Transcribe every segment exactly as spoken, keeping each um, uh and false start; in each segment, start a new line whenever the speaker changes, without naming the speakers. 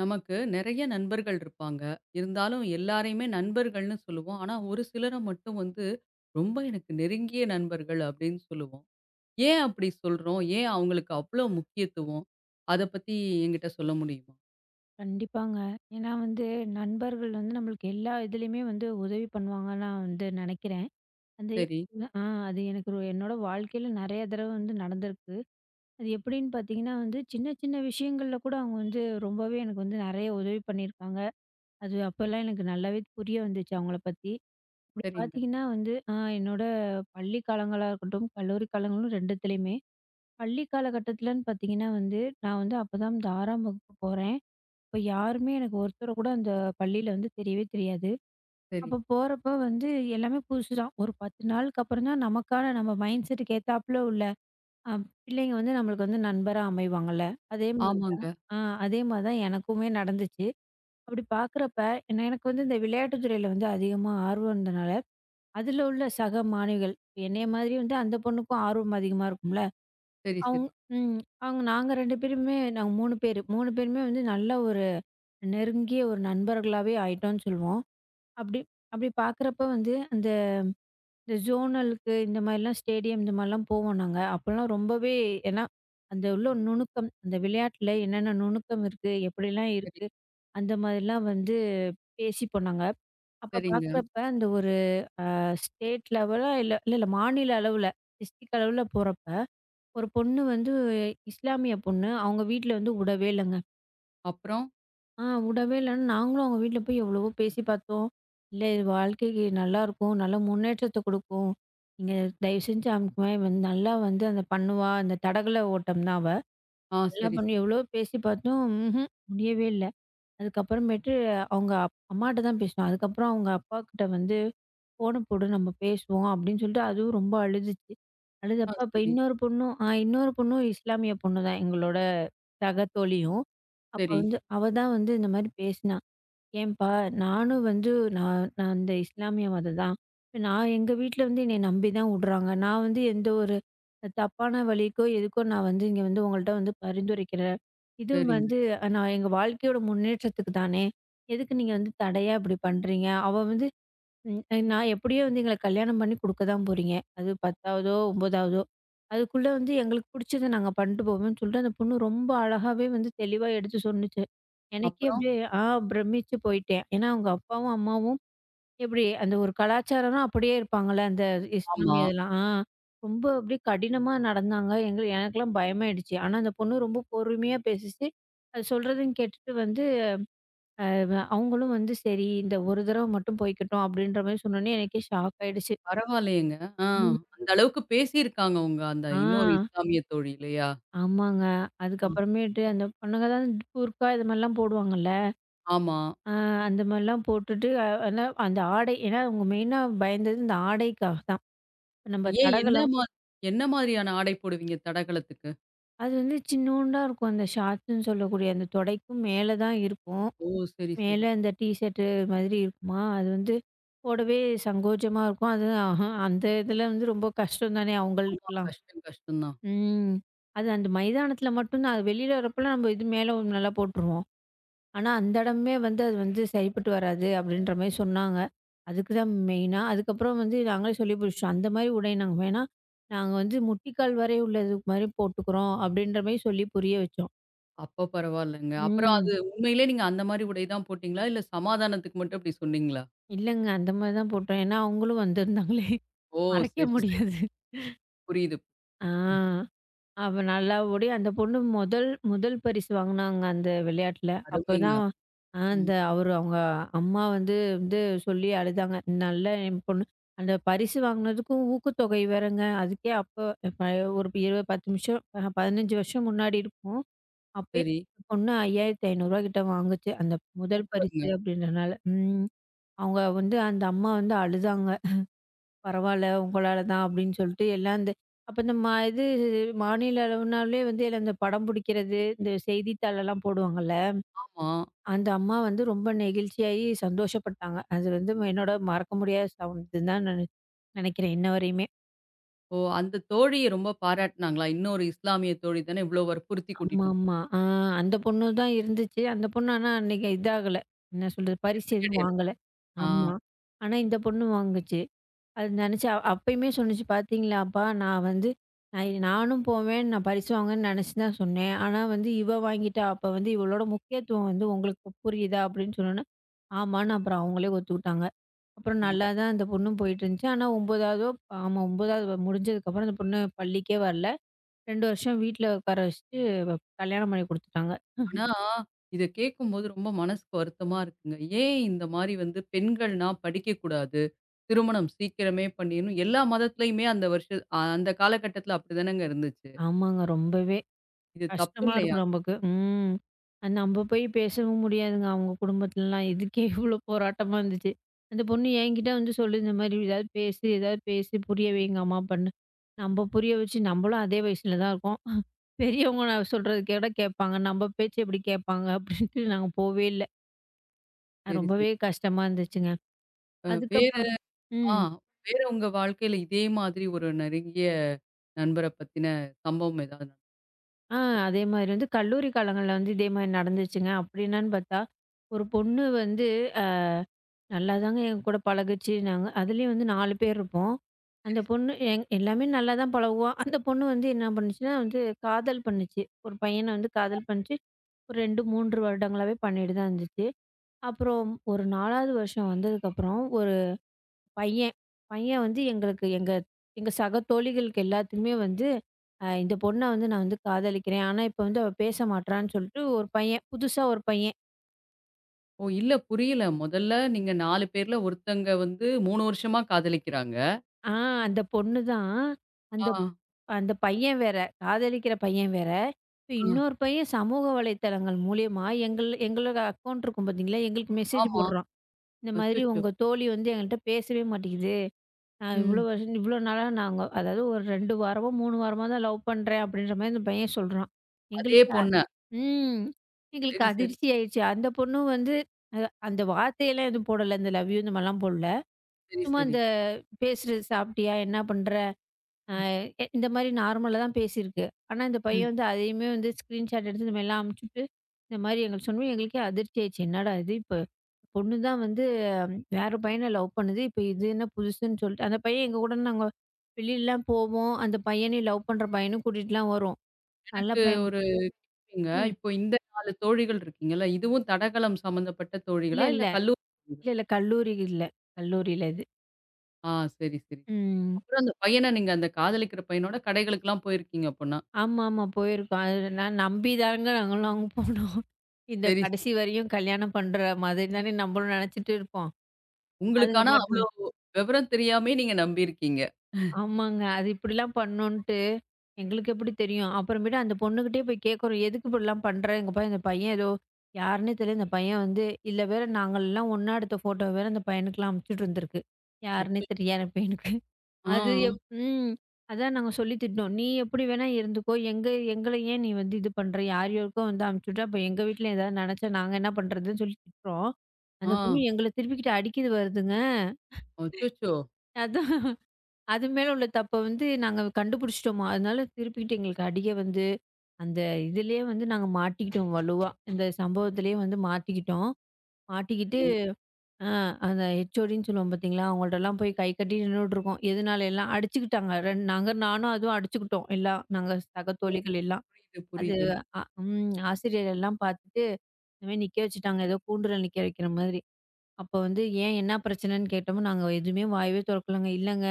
நமக்கு நிறைய நண்பர்கள் இருப்பாங்க. இருந்தாலும் எல்லாரையுமே நண்பர்கள்னு சொல்லுவோம். ஆனா, ஒரு சிலர மட்டும் வந்து ரொம்ப எனக்கு நெருங்கிய நண்பர்கள் அப்படின்னு சொல்லுவோம். ஏன் அப்படி சொல்றோம்? ஏன் அவங்களுக்கு அவ்ளோ முக்கியத்துவம்? அத பத்தி என்கிட்ட சொல்ல முடியுமா?
கண்டிப்பாங்க. ஏன்னா வந்து நண்பர்கள் வந்து நம்மளுக்கு எல்லா இதுலயுமே வந்து உதவி பண்ணுவாங்கன்னு நான் வந்து நினைக்கிறேன். அந்த
சரி,
ஆ அது எனக்கு ஒரு என்னோட வாழ்க்கையில நெறைய தடவ வந்து நடந்திருக்கு. அது எப்படின்னு பார்த்தீங்கன்னா வந்து, சின்ன சின்ன விஷயங்கள்ல கூட அவங்க வந்து ரொம்பவே எனக்கு வந்து நெறைய உதவி பண்ணியிருக்காங்க. அது அப்பலாம் எனக்கு நல்லாவே புரிய வந்துச்சு அவங்கள பத்தி. அப்படி
சரிங்க.
பார்த்தீங்கன்னா வந்து ஆ என்னோட பள்ளி காலங்களா இருக்கட்டும், கல்லூரி காலங்களும் 2த்துலயுமே. பள்ளி காலகட்டத்துலன்னு பார்த்தீங்கன்னா வந்து, நான் வந்து அப்பதான் வந்து ஆறாம் வகுப்பு போறேன். அப்ப யாருமே எனக்கு ஒருத்தர கூட அந்த பள்ளியில வந்து தெரியவே தெரியாது.
சரி.
அப்ப போறப்ப வந்து எல்லாமே புதுசு தான். ஒரு பத்து நாளுக்கு அப்புறம் தான் நமக்கான நம்ம மைண்ட் செட்டுக்கு ஏத்தாப்புல உள்ள அ பிள்ளைங்க வந்து நம்மளுக்கு வந்து நண்பரா அமைவாங்கல்ல. அதே மாரி தான்.
ஆமாங்க.
ஆ அதே மாரி தான் எனக்குமே நடந்துச்சு. அப்படி பார்க்குறப்ப என்ன எனக்கு வந்து இந்த விளையாட்டு துறையில வந்து அதிகமா ஆர்வம் இருந்தனால, அதில உள்ள சக மாணவிகள் இப்ப என்னைய மாதிரி வந்து அந்த பொண்ணுக்கும் ஆர்வம் அதிகமா இருக்கும்ல.
சரி,
அவுங்
சரி,
ம். அவங்க நாங்க ரெண்டு பேருமே நாங்க மூணு பேரு. மூணு பேருமே வந்து நல்ல ஒரு நெருங்கிய ஒரு நண்பர்களாவே ஆயிட்டோம்ன்னு சொல்லுவோம். அப்படி அப்படி பார்க்குறப்ப வந்து, அந்த இந்த ஜோனலுக்கு இந்த மாரிலாம் ஸ்டேடியம் இந்த மாரிலாம் போவோம் நாங்க. அப்போலாம் ரொம்பவே ஏன்னா, அந்த உள்ள நுணுக்கம், அந்த விளையாட்டுல என்னென்ன நுணுக்கம் இருக்கு, எப்படிலாம்
சரி,
இருக்கு, அந்த மாதிரிலாம் வந்து பேசிப்போம் நாங்க. அப்ப
சரிங்க.
பார்க்குறப்ப அந்த ஒரு ஸ்டேட் லெவலா இல்ல இல்ல இல்ல மாநில அளவுல, டிஸ்ட்ரிக்ட் அளவுல போறப்ப, ஒரு பொண்ணு வந்து இஸ்லாமிய பொண்ணு. அவங்க வீட்ல வந்து விடவே இல்லங்க.
அப்புறம்?
ஆ விடவே இல்லைன்னு நாங்களும் அவங்க வீட்டில் போய் எவ்வளவோ பேசி பார்த்தோம். இல்ல இது வாழ்க்கைக்கு நல்லாருக்கும். நல்ல முன்னேற்றத்த குடுக்கும். நீங்க தயவு செஞ்சு அவளுக்கு மே வந்து நல்லா வந்து அந்த பண்ணுவா. அந்த தடகள ஓட்டம் தான் அவ.
ஆ,
நல்லா
சரி, சரி.
பண்ணும் எவ்வளவோ பேசி பார்த்தோம். ம்ஹ்ம். முடியவே இல்ல. அதுக்கப்புறமேட்டு அவங்க அப் அம்மாட்ட தான் பேசினோம். அதுக்கப்புறம் அவங்க அப்பாக்கிட்ட வந்து ஃபோன போடு நம்ம பேசுவோம் அப்படின்னு சொல்லிட்டு அதுவும் ரொம்ப அழுதுச்சு.
ஆ,
அழுதப்ப அப்ப
சரி,
இன்னொரு பொண்ணும் ஆ இன்னொரு பொண்ணும் இஸ்லாமிய பொண்ணு தான் எங்களோட சக தோழியும். அப்ப
சரி,
வந்து அவ தான் வந்து இந்த மாரி பேசினா. ஏன்பா, நானும் வந்து நான் நான் அந்த இஸ்லாமிய மதம் தான். இப்ப நான் எங்க வீட்ல வந்து என்னைய நம்பி தான் உடுறாங்க. நான் வந்து எந்த ஒரு தப்பான வழிக்கோ, எதுக்கோ நான் வந்து இங்க வந்து உங்கள்ட்ட வந்து பரிந்துரைக்கிறேன். இதுவும்
சரிங்க.
வந்து அஹ், நான் எங்க வாழ்க்கையோட முன்னேற்றத்துக்கு தானே! எதுக்கு நீங்க வந்து தடையா இப்படி பண்றீங்க? அவ வந்து ம். நான் எப்படியோ வந்து எங்கள கல்யாணம் பண்ணி குடுக்க தான் போறீங்க. அது பத்தாவதோ, ஒன்பதாவதோ அதுக்குள்ள வந்து எங்களுக்கு பிடிச்சத நாங்க பண்ணிட்டு போவோம்ன்னு சொல்லிட்டு, அந்த பொண்ணு ரொம்ப அழகாவே வந்து தெளிவா எடுத்து சொன்னுச்சு. எனக்கே
அப்புறம்?
அப்படியே ஆ பிரமிச்சு போயிட்டேன். ஏன்னா, அவங்க அப்பாவும், அம்மாவும் எப்படி அந்த ஒரு கலாச்சாரம்னா அப்படியே இருப்பாங்கல்ல. அந்த
ஆமா.
இஸ்லாமிய இதெல்லாம். ஆ ரொம்ப அப்படியே கடினமா நடந்தாங்க. எங்க எனக்கெல்லாம் பயமாயிடுச்சு. ஆனா, அந்த பொண்ணு ரொம்ப பொறுமையா பேசிச்சு. அது சொல்றதையும் கேட்டுட்டு வந்து அவன் அவங்களும் வந்து சரி, இந்த ஒரு தடவ மட்டும் போய்க்கட்டும் அப்படின்ற மாரி சொன்னோனே எனக்கே ஷாக் ஆயிடுச்சு.
பரவாயில்லையேங்க. ஆ,
ம்.
அந்த அளவுக்கு பேசியிருக்காங்க உங்க அந்த
ஆ,
இன்னொரு இஸ்லாமிய தோழி இல்லையா?
ஆமாங்க.
ஆ.
அதுக்கப்புறமேட்டு அந்த பொண்ணுங்க தான் கூர்க்கா இது மாரிலாம் போடுவாங்கல்ல.
ஆமா.
ஆ அந்த மாரிலாம் போட்டுட்டு அ ஆனா அந்த ஆடை ஏன்னா அவங்க மெயினா பயந்தது இந்த ஆடைக்காக தான். நம்ம
ஏன் என்ன
தடகளம்
மா என்ன மாதிரியான ஆடை போடுவீங்க தடகளத்துக்கு?
அது வந்து சின்னூண்டா இருக்கும். அந்த ஷார்ட்ஸ்ன்னு சொல்லக்கூடிய அந்த தொடைக்கும் மேல தான் இருக்கும்.
ஓ! சரி, சரி.
மேல இந்த டீ ஷர்ட்டு மாதிரி இருக்குமா, அது வந்து போடவே சங்கோஜமா இருக்கும். அது அஹ அந்த இதில வந்து ரொம்ப கஷ்டம் தானே
ஆமா.
அவங்களுக்கெல்லாம்.
கஷ்டம், கஷ்டம் தான்.
ம். அது அந்த மைதானத்துல மட்டும் தான். அது வெளியில வரப்பலாம் நம்ம இது மேல ஒண்ணு நல்லா போட்டுருவோம். ஆனா, அந்த இடமே வந்து அது வந்து சரிப்பட்டு வராது அப்படின்ற மாரி சொன்னாங்க. அதுக்கு தான் மெயினா. அதுக்கப்புறம் வந்து நாங்களே சொல்லி புடிச்சிட்டோம். அந்த மாரி உடை நாங்க வேணா, நாங்க வந்து முட்டிக்கால் வரை உள்ளது மாரி போட்டுக்கிறோம் அப்படின்ற மாரி சொல்லி புரிய வச்சோம்.
அப்ப பரவாயில்லங்க. அப்புறம்
ம்.
அது உண்மையிலே நீங்க அந்த மாரி உடை தான் போட்டீங்களா? இல்ல சமாதானத்துக்கு மட்டும் அப்படி சொன்னீங்களா?
இல்லங்க அந்த மாரி தான் போட்டோம். ஏன்னா, அவங்களும் வந்திருந்தாங்களே
ஓ!
மறைக்க
சரி, சரி.
முடியாது.
புரியுது.
ஆ. அவ நல்லா ஓடி அந்த பொண்ணு முதல் முதல் பரிசு வாங்குனாங்க அந்த விளையாட்டுல.
அருமைங்க.
அப்பதான் அ
ம்.
அந்த அவரு அவங்க அம்மா வந்து வந்து சொல்லி அழுதாங்க. நல்ல என் பொண்ணு அந்த பரிசு வாங்குனதுக்கும் ஊக்கத்தொகை வேறங்க. அதுக்கே அப்ப ப ஒரு இருபது பத்து நிமிஷம் அ பதினைஞ்சு வருஷம் முன்னாடி இருக்கும். அப்பயே
சரி.
அந்த பொண்ணு ரூ. ஐயாயிரத்து ஐநூறு கிட்ட வாங்குச்சு. அந்த முதல் பரிசு
சூப்பருங்க.
அப்படின்றனால. ம். அவங்க வந்து அந்த அம்மா வந்து அழுதாங்க. பரவால்ல. உங்களால தான் அப்படின்னு சொல்லிட்டு எல்லாம் இந்த அப்ப இந்த ம இது மாநில அளவுனாலே வந்து எல்லாம் இந்த படம் பிடிக்கிறது, இந்த செய்தித்தாளெல்லாம் போடுவாங்கல்ல.
ஆமா.
அந்த அம்மா வந்து ரொம்ப நெகிழ்ச்சியாகி சந்தோஷப்பட்டாங்க. அது வந்து என்னோட மறக்க முடியாத சம்பவம் தான் நான் நெனைக்கிறேன் இன்ன வரையுமே.
ஓ! அந்த தோழிய ரொம்ப பாராட்டுனாங்களா? இன்னொரு இஸ்லாமிய தோழி தானே இவ்ளோ வற்புறுத்தி கூட்டிட்டு வந்து
ஆமாமா. ஆ அந்த பொண்ணு தான் இருந்துச்சு. அந்த பொண்ணு ஆனா அன்னைக்கு இதாகல. என்ன சொல்றது? பரிசு
வெற்றி
எதுவும்
அடையல.
வாங்கல.
ஆ.
ஆமா. ஆனா இந்த பொண்ணு வாங்குச்சு. அது நினச்சு அப்பயுமே சொன்னுச்சு பார்த்தீங்களாப்பா, நான் வந்து நான் நானும் போவேன், நான் பரிசு வாங்குவேன்னு நினச்சு தான் சொன்னேன். ஆனா வந்து இவ வாங்கிட்டா, அப்ப வந்து இவளோட முக்கியத்துவம் வந்து உங்களுக்கு புரியுதா? அப்படின்னு சொன்னோன்னே, ஆமான்னு அப்புறம் அவங்களே ஒத்துக்கிட்டாங்க. அப்புறம்
ஆமா.
நல்லா தான் அந்த பொண்ணும் போயிட்டுருந்துச்சு. ஆனா ஒன்பதாவதோ ஆமா ஒன்பதாவது முடிஞ்சதுக்கப்புறம் அந்த பொண்ணு பள்ளிக்கே வரல. ரெண்டு வருஷம் வீட்ல உட்கார வச்சுட்டு கல்யாணம் பண்ணி குடுத்துட்டாங்க.
ஆனா, இத கேட்கும்போது ரொம்ப மனசுக்கு வருத்தமா இருக்குங்க. ஏன் இந்த மாரி வந்து பெண்கள்னா படிக்கக்கூடாது, திருமணம் சீக்கிரமே பண்ணிரணும். எல்லா மதத்திலயுமே அந்த வருஷ அ அந்த காலகட்டத்தில அப்படிதானங்க இருந்துச்சு.
ஆமாங்க ரொம்பவே
இது தப்பு
கஷ்டமா
இல்லையா?
இருக்கும் நமக்கு. ம். அது நம்ம போய் பேசவும் முடியாதுங்க. அவங்க குடும்பத்துலலாம். இதுக்கே இவ்ளோ போராட்டமா இருந்துச்சு. அந்த பொண்ணு என்கிட்ட வந்து சொல்லுது, இந்த மாரி ஏதாவது பேசு, ஏதாவது பேசி புரிய வைங்க அம்மா அப்பான்னு. நம்ம புரிய வச்சு நம்மளும் அதே வயசுல தான் இருக்கோம். பெரியவங்க நான் சொல்றது கூட கேட்பாங்க. நம்ம பேச்சு எப்படி கேட்பாங்க அப்படின்ட்டு நாங்க போவே இல்ல.
சரி, சரி.
ரொம்பவே கஷ்டமா இருந்துச்சுங்க.
அ வேற
அதுக்கப்புறம்
ஆ
ம்.
வேற உங்க வாழ்க்கையில இதே மாதிரி ஒரு நெருங்கிய நண்பர பத்தின சம்பவம் ஏதாவது நட
ஆ அதே மாதிரி வந்து கல்லூரி காலங்கள்ல வந்து இதே மாரி நடந்துச்சுங்க. அப்படி என்னன்னு பார்த்தா, ஒரு பொண்ணு வந்து நல்லாதாங்க எங்க கூட பழகுச்சு. நாங்க அதுலயும் வந்து நாலு பேர் இருப்போம். அந்த பொண்ணு எங் எல்லாமே நல்லா தான் பழகுவோம். அந்த பொண்ணு வந்து என்ன பண்ணுச்சுன்னா, வந்து காதல் பண்ணுச்சு. ஒரு பையன வந்து காதல் பண்ணுச்சு. ஒரு ரெண்டு, மூணு வருடங்களாவே பண்ணிட்டு தான் இருந்துச்சு. அப்புறம் ஒரு நாலாவது வருஷம் வந்ததுக்கப்புறம் ஒரு பையன், பையன் வந்து எங்களுக்கு எங்க எங்க சக தோழிகளுக்கு எல்லாத்துக்குமே வந்து, அ இந்த பொண்ண வந்து நான் வந்து காதலிக்கிறேன். ஆனா இப்ப வந்து அவ பேச மாட்றான்னு சொல்லிட்டு ஒரு பையன், புதுசா ஒரு பையன்.
ஓ! இல்ல புரியல. முதல்ல நீங்க நாலு பேர்ல ஒருத்தங்க வந்து மூணு வருஷமா காதலிக்கிறாங்க.
ஆ அந்த பொண்ணு தான்
ஆ,
அந்த அந்த பையன் வேற. காதலிக்கிற பையன் வேற. இப்ப
ஆ,
இன்னொரு பையன் சமூக வலைத்தளங்கள் மூலியமா எங்கள் எங்களோட அக்கவுண்ட் இருக்கும் பார்த்தீங்களா? எங்களுக்கு மெசேஜ்
ஆமா.
போடுறான். இந்த மாதிரி
அச்சச்சோ!
உங்க தோழி வந்து எங்கள்ட்ட பேசவே மாட்டேங்குது. நான் இவ்வளோ
ம்.
வருஷம் இவ்வளோ நாளா நாங்க அதாவது ஒரு ரெண்டு வாரமோ, மூணு வாரமா தான் லவ் பண்றேன் அப்படின்ற மாரி அந்த பையன் சொல்றான்.
அதே
எங்களுக்கு அ
பொண்ண.
ம். எங்களுக்கு
சரி, சரி,
அதிர்ச்சி ஆயிடுச்சு. அந்த பொண்ணும் வந்து அ அந்த வார்த்தையெல்லாம் எதுவும் போடல. இந்த லவ் யூ இந்த மாரிலாம் போடல.
சரி,
சும்மா
சரி.
இந்த பேசுறது சாப்பிட்டியா? என்ன பண்ற? அ
ம்,
எ இந்த மாரி நார்மலா தான் பேசியிருக்கு. ஆனா, இந்த
ம்.
பையன் வந்து அதையுமே வந்து ஸ்க்ரீன்ஷாட் எடுத்து இந்த மாரிலாம் அனுப்பிச்சுட்டு, இந்த மாரி எங்களுக்கு சொன்னோனே எங்களுக்கே அதிர்ச்சி ஆயிடுச்சு. என்னடா இது இப்ப பொண்ணு தான் வந்து ஹம், வேற பையன லவ் பண்ணுது. இப்ப இது என்ன புதுசுன்னு சொல்லிட்டு அந்த பையன் எங்க கூட நாங்க வெளிலலாம் போவோம். அந்த பையனையும் லவ் பண்ற பையனும் கூட்டிட்டுலாம் வரும். நல்ல
எனக்கு
பையன்
ஒரு இங்க
ம்.
இப்போ இந்த நாலு தோழிகள் இருக்கீங்கல்ல, இதுவும் தடகளம் சம்மந்தப்பட்ட
இல்ல,
தோழிகளா? இல்ல
இல்ல.
கல்லூரி தோழிகளா?
இல்ல, இல்ல. கல்லூரி இல்ல. கல்லூரியில இது.
ஆ, சரி, சரி.
ம்.
அப்புறம் அந்த பையன நீங்க அந்த காதலிக்கிற பையனோட கடைகளுக்கெல்லாம் போயிருக்கீங்க அப்பன்னா.
ஆமாமா. போயிருக்கோம். அது நான் நம்பிதாங்க நாங்கலாம் போனோம். இந்த
சரி, சரி.
கடைசி வரையும் கல்யாணம் பண்ற மாதிரி தானே நம்மளும் நெனச்சுட்டு இருப்போம்.
உங்களுக்கு
அதுங்க
ஆனா
பாட்டுக்கு
அவ்ளோ விவரம் தெரியாமயே நீங்க நம்பியிருக்கீங்க.
ஆமாங்க. அது இப்படிலாம் பண்ணுன்ட்டு எங்களுக்கு எப்படி தெரியும்? அப்புறமேட்டு அந்த பொண்ணுகிட்டயே போய் கேட்குறோம். எதுக்கு இப்படிலாம் பண்ற? இங்க பாரு இந்த பையன் ஏதோ யாருன்னே தெரியல. இந்த பையன் வந்து இல்ல வேற நாங்கலாம் ஒண்ணா எடுத்த ஃபோட்டோ வேற அந்த பையனுக்குலாம் அனுப்பிச்சுட்டு இருந்திருக்கு. யாருன்னே
அச்சோ!
தெரியாத பையனுக்கு.
ஆ,
அது எப் ம். அதான் நாங்க சொல்லி திட்டினோம். "நீ எப்படி வேணா இருந்துக்கோ. எங்க எங்கள ஏன் நீ வந்து இது பண்ற? யார் யாருக்கோ வந்து அனுப்பிச்சு விட்ட, அப்ப எங்க வீட்ல ஏதாவது நெனச்சா நாங்க என்ன பண்றதுன்னு" சொல்லி திட்டுறோம். அந்த
ஆ.
பொண்ணு எங்கள திருப்பிக்கிட்டு அடிக்கிது வருதுங்க.
அச்சச்சோ!
அதான் அது மேல உள்ள தப்ப வந்து நாங்க கண்டுபிடிச்சிட்டோமா, அதனால திருப்பிக்கிட்டு எங்களுக்கு அடிக்க வந்து, அந்த இதுலயே வந்து நாங்க மாட்டிக்கிட்டோம் வலுவா. இந்த சம்பவத்திலயே வந்து மாட்டிக்கிட்டோம். மாட்டிக்கிட்டு
சரி.
ஆ அந்த ஹெச்ஓடின்னு சொல்லுவோம் பார்த்தீங்களா, அவங்கள்ட்டலாம் போய் கை கட்டி நின்னுட்டுருக்கோம். எதுனால எல்லாம் அடிச்சுக்கிட்டாங்க. ரெண் நாங்க நானும் அதுவும் அடிச்சுக்கிட்டோம். எல்லாம் நாங்க சக
ஓ,
தோழிகள் எல்லாம்.
புரியுது,
அது
புரியுது.
அ ம் ஆசிரியர் எல்லாம் பார்த்துட்டு, இந்த மாரி நிக்க வச்சுட்டாங்க. ஏதோ கூண்டுல நிக்க வைக்கிற மாதிரி. அப்ப வந்து ஏன் என்ன பிரச்சனைன்னு கேட்டோம். நாங்க எதுவுமே வாயவே தொறக்கலங்க. இல்லங்க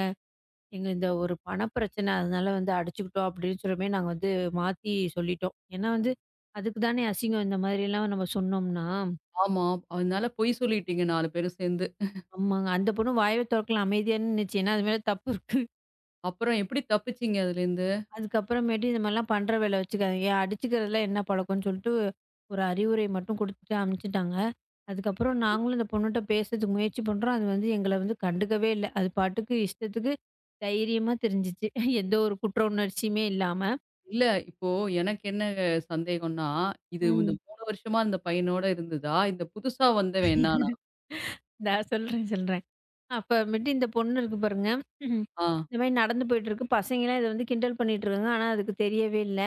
எங்க இந்த ஒரு பண பிரச்சனை அதனால வந்து அடிச்சுக்கிட்டோம் அப்படின்னு சொல்லுமே நாங்க வந்து மாத்தி சொல்லிட்டோம். ஏன்னா வந்து அதுக்கு தானே அசிங்கம் இந்த மாதிரிலாம் நம்ம சொன்னோம்னா.
ஆமா. அதனால பொய் சொல்லிட்டீங்க நாலு பேரும் சேர்ந்து.
ஆமாங்க. அந்த பொண்ணு வாயவே தொறக்கல அமைதியா நின்னுச்சு. ஏன்னா அது மேல தப்பு இருக்கு.
அப்புறம் எப்படி தப்பிச்சீங்க அதுலேருந்து?
அதுக்கப்புறமேட்டு இந்த மாதிரிலாம் பண்ற வேலை வச்சுக்காதீங்க. அடிச்சுக்கிறதுல என்ன பழக்கம்ன்னு சொல்லிட்டு, ஒரு அறிவுரை மட்டும் குடுத்துட்டு அனுப்பிச்சுட்டாங்க. அதுக்கப்புறம் நாங்களும் இந்த பொண்ணுட்ட பேசுறதுக்கு முயற்சி பண்றோம். அது வந்து எங்கள வந்து கண்டுக்கவே இல்ல. அது பாட்டுக்கு இஷ்டத்துக்கு தைரியமா திரிஞ்சுச்சு. எந்த ஒரு குற்ற உணர்ச்சியுமே இல்லாம.
இல்ல. இப்போ எனக்கு என்ன சந்தேகம்ன்னா, இது இந்த
ம்.
மூணு வருஷமா இந்த பையனோட இருந்ததா? இந்த புதுசா வந்தவன் என்னானா?
நான் சொல்றேன், சொல்றேன். அப்பமேட்டு இந்த பொண்ணு இருக்கு பாருங்க. ம்,
ஆ,
இந்த மாரி நடந்து போயிட்டுருக்கு. பசங்கலாம் இத வந்து கிண்டல் பண்ணிட்டு இருக்காங்க. ஆனா அதுக்கு தெரியவே இல்ல.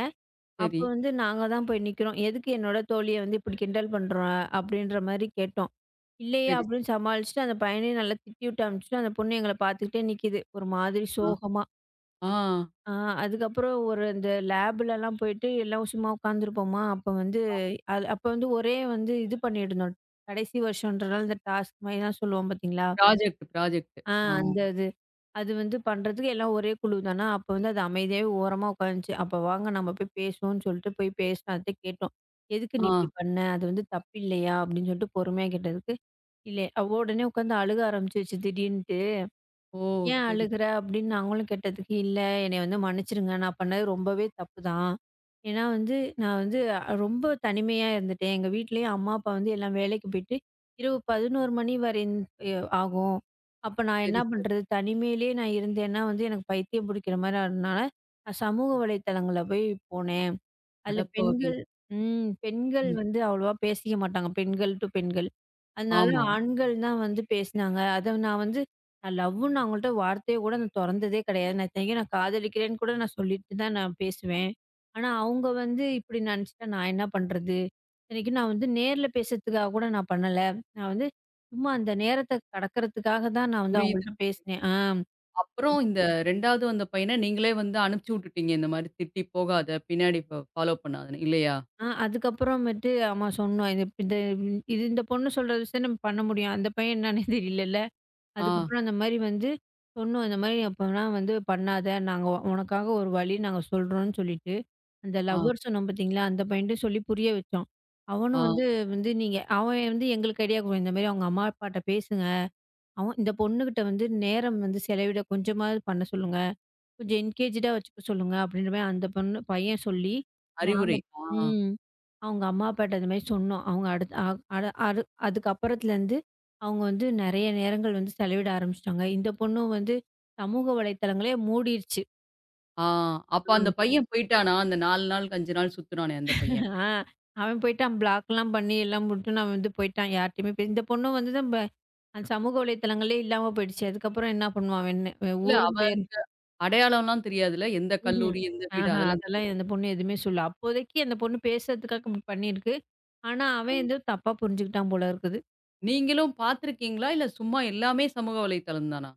அப்போ
சரி,
வந்து நாங்க தான் போய் நிக்கிறோம். "எதுக்கு என்னோட தோழிய வந்து இப்படி கிண்டல் பண்ற?" அப்படின்ற மாரி கேட்டோம். இல்லையே
சரி, சரி.
அப்படின்னு சமாளிச்சுட்டு, அந்த பையனையும் நல்லா திட்டி விட்டு அனுப்பிச்சுட்டு, அந்த பொண்ணு எங்கள பார்த்துக்கிட்டே நிக்குது. ஒரு மாதிரி
ஆ,
சோகமா.
ஆ,
ஆ அதுக்கப்புறம் ஒரு இந்த லேப்லலாம் போயிட்டு எல்லாம் சும்மா உட்காந்துருப்போமா, அப்ப வந்து அது அப்ப வந்து ஒரே வந்து இது பண்ணிட்டுருந்தோம். கடைசி வருஷம்ன்றனால இந்த டாஸ்க் மாரிலாம் சொல்லுவோம் பார்த்தீங்களா?
Project, project.
ஆ
ஆ,
அந்த இது. அது வந்து பண்றதுக்கு எல்லாம் ஒரே குழு தானா, அப்ப வந்து அது அமைதியாவே ஓரமா உட்காந்துச்சு. அப்ப வாங்க நம்ம போய் பேசுவோம்ன்னு சொல்லிட்டு போய் பேசினோம். அதுட்ட கேட்டோம். "எதுக்கு நீ
ஆ.
இப்படி பண்ண? அது வந்து தப்பு இல்லையா?" அப்படின்னு சொல்லிட்டு பொறுமையா கேட்டதுக்கு, இல்ல. அவ உடனே உட்காந்து அழுக ஆரம்பிச்சுருச்சு திடீர்னுட்டு.
ஓ!
"ஏன்
சரி,
அழுகுற?" அப்படின்னு நாங்களும் கேட்டதுக்கு, "இல்ல என்னைய வந்து மன்னிச்சுருங்க. நான் பண்ணது ரொம்பவே தப்பு தான். ஏன்னா வந்து நான் வந்து அ- ரொம்ப தனிமையா இருந்துட்டேன். எங்க வீட்லயும் அம்மா, அப்பா வந்து எல்லாம் வேலைக்கு போயிட்டு இரவு பதினொரு மணி வரையும் எ ஆகும். அப்ப நான் என்ன
சரி, சரி.
பண்றது? தனிமையிலேயே நான் இருந்தேன்னா வந்து எனக்கு பைத்தியம் பிடிக்கிற மாரி ஆனனால, நான் சமூக வலைத்தளங்கள்ல போய் போனேன். அதுல
அடப்பாவி!
பெண்கள் ம் பெண்கள்
ம்.
வந்து அவ்வளவா பேசிக்க மாட்டாங்க. பெண்கள் டூ பெண்கள்." அதனால
ஆமா.
ஆண்கள் தான் வந்து பேசினாங்க. அத நான் வந்து நான் லவ்வுன்னு நான் அவங்கள்ட்ட வார்த்தைய கூட நான் தொறந்ததே கிடையாது. நான் இத்தனைக்கும் நான் காதலிக்கிறேன்னு கூட நான் சொல்லிட்டு தான் நான் பேசுவேன். ஆனா, அவங்க வந்து இப்படி நினச்சுட்டா நான் என்ன பண்றது? இத்தனைக்கு நான் வந்து நேர்ல பேசுறதுக்காக கூட நான் பண்ணல. நான் வந்து சும்மா அந்த நேரத்த கடக்கறதுக்காக தான் நான் வந்து
புரியுது,
அவங்கள்ட்ட
புரியுது.
பேசினேன். ஆ,
அப்புறம் இந்த ரெண்டாவது வந்த பையன நீங்களே வந்து அனுப்பிச்சு விட்டுட்டீங்க. இந்த மாரி திட்டி போகாத, பின்னாடி ப ஃபாலோ பண்ணாதன்னு. இல்லையா?
ஆ அதுக்கப்புறமேட்டு ஆமா சொன்னோம். இது இந்த இது இந்த பொண்ணு சொல்ற விஷயம் நம்ம பண்ண முடியும். அந்த பையன் என்னன்னே தெரியலல்ல.
ஆ,
அதுக்கப்புறம் அந்த மாரி வந்து சொன்னோம். இந்த மாரி அப்பலாம் வந்து பண்ணாத! நாங்க உனக்காக ஒரு வழி நாங்க சொல்றோம்ன்னு சொல்லிட்டு, அந்த
ஆ,
லவ்வர் சொன்னோம் பார்த்தீங்களா? அந்த பையன்ட்ட சொல்லி புரிய வச்சோம். அவனும் வந்து
ஆ.
வந்து நீங்க அவன் வந்து எங்களுக்கு ஐடியா குடுத்தான். இந்த மாரி அவங்க அம்மா, அப்பாட்ட பேசுங்க. அவன் இந்த பொண்ணுகிட்ட வந்து நேரம் வந்து செலவிட கொஞ்சமாவது பண்ண சொல்லுங்க. கொஞ்சம் என்கேஜ்டா வச்சுக்க சொல்லுங்க அப்படின்ற மாரி அந்த பொண்ணு பையன் சொல்லி, நாங்க
அறிவுரை. ஆ,
ம். அவங்க அம்மா, அப்பாட்ட இந்த மாரி சொன்னோம். அவங்க அடுத் அ அட அடு அதுக்கப்புறத்துலருந்து அவங்க வந்து நெறைய நேரங்கள் வந்து செலவிட ஆரம்பிச்சுட்டாங்க. இந்த பொண்ணும் வந்து சமூக வலைத்தளங்களே மூடிருச்சு.
ஆ. அப்ப அந்த
ம்.
பையன் போய்ட்டானா? அந்த நாலு நாள், அஞ்சு நாள் சுத்துனானே அந்த பையன்.
ஆ அவன் போய்ட்டான் பிளாக்லாம் பண்ணி எல்லாம் விட்டுன்னு அவன் வந்து போய்ட்டான். யார்ட்டயுமே பே இந்த பொண்ணும் வந்து தான் ப அந்த சமூக வலைத்தளங்களே இல்லாம போயிடுச்சு. அதுக்கப்புறம் என்ன பண்ணுவான் அவன் என்ன
இல்ல
ஊரும் பேரும்
அவனுக்கு அடையாளம்லாம் தெரியாதுல்ல. எந்த
ம்ஹ்ம்.
கல்லூரி, எந்த வீடு
ஆஹா,
அதெல்லாம் தெரியாது.
அதெல்லாம் அந்த பொண்ணு எதுவுமே சொல்லல. அப்போதைக்கு அந்த பொண்ணு பேசுறதுக்காக அப்படி பண்ணியிருக்கு. ஆனா, அவன் ஏதோ தப்பா புரிஞ்சுக்கிட்டான் போல இருக்குது.
நீங்களும் பார்த்திருக்கீங்களா? இல்ல சும்மா எல்லாமே சமூக வலைத்தளம் தானா?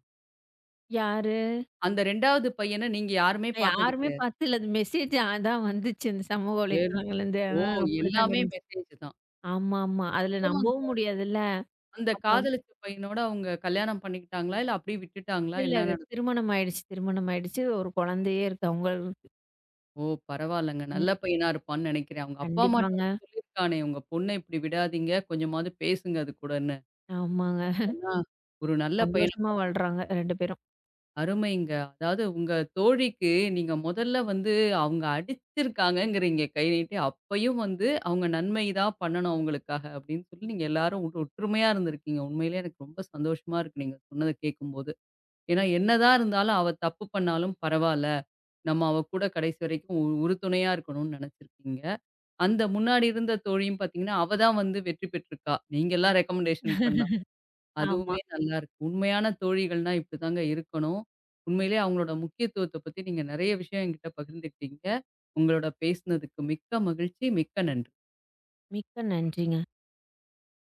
யாரு?
அந்த இரண்டாவது பையன நீங்க யாருமே பார்த்தது
யாருமே
கிடையாது.
பாத்து இல்ல. அது மெசேஜ் அதான் வந்துச்சு இந்த சமூக
வேறு
வலைத்தளங்கள்லேருந்து.
ஓ!
ஆ அப்படிதான்
எல்லாமே
நடந்துச்சு.
மெசேஜ் தான்.
ஆமாமா. அதுல
அப்புறம் அந்த
நம்பவும் முடியாதுல்ல.
அந்த
அப்புறம்?
காதலிச்ச பையனோட அவங்க கல்யாணம் பண்ணிக்கிட்டாங்களா? இல்ல அப்படியே விட்டுட்டாங்களா?
இல்ல,
என்ன
இல்ல.
நடந்தது?
திருமணம் ஆயிடுச்சு திருமணம் ஆயிடுச்சு. ஒரு குழந்தையே இருக்கு அவங்களுக்கு.
ஓ! பரவால்லங்க.
ம்.
நல்ல பையனா இருப்பான்னு நெனைக்கிறேன். அவங்க அப்பா அம்மாட்ட வந்து
கண்டிப்பாங்க.
சொல்லியிருக்கானே, "உங்க பொண்ண இப்படி விடாதீங்க. கொஞ்சமாவது பேசுங்க அது கூடன்னு."
ஆமாங்க.
சொன்னா, ஒரு நல்ல பையன
சந்தோஷமா வாழ்றாங்க ரெண்டு பேரும்.
அருமைங்க. அதாவது உங்க தோழிக்கு நீங்க முதல்ல வந்து அவங்க அடிச்சிருக்காங்கங்கிறீங்க கை நீட்டி. அப்பயும் வந்து அவங்க நன்மை தான் பண்ணணும் அவங்களுக்காக அப்படின்னு சொல்லி நீங்க எல்லாரும் ஒ ஒற்றுமையா இருந்திருக்கீங்க. உண்மையிலேயே எனக்கு ரொம்ப சந்தோஷமா இருக்கு நீங்க சொன்னத கேட்கும்போது. ஏன்னா என்னதான் இருந்தாலும் அவ தப்பு பண்ணாலும் பரவால்ல. நம்ம அவ கூட கடைசி வரைக்கும் உ உறுதுணையா இருக்கணும்னு நினைச்சிருக்கீங்க. அந்த முன்னாடி இருந்த தோழியும் பார்த்தீங்கன்னா, அவ தான் வந்து வெற்றி பெற்றிருக்கா. நீங்கலாம் ரெக்கமெண்டேஷன் பண்ண
ஆமா.
அதுவுமே நல்லாருக்கு. உண்மையான தோழிகள்னா இப்படிதாங்க இருக்கணும். உண்மையிலே அவங்களோட முக்கியத்துவத்த பத்தி நீங்க நெறைய விஷயம் என்கிட்ட பகிர்ந்துக்கிட்டீங்க. உங்களோட பேசினதுக்கு மிக்க மகிழ்ச்சி. மிக்க நன்றி.
மிக்க நன்றிங்க.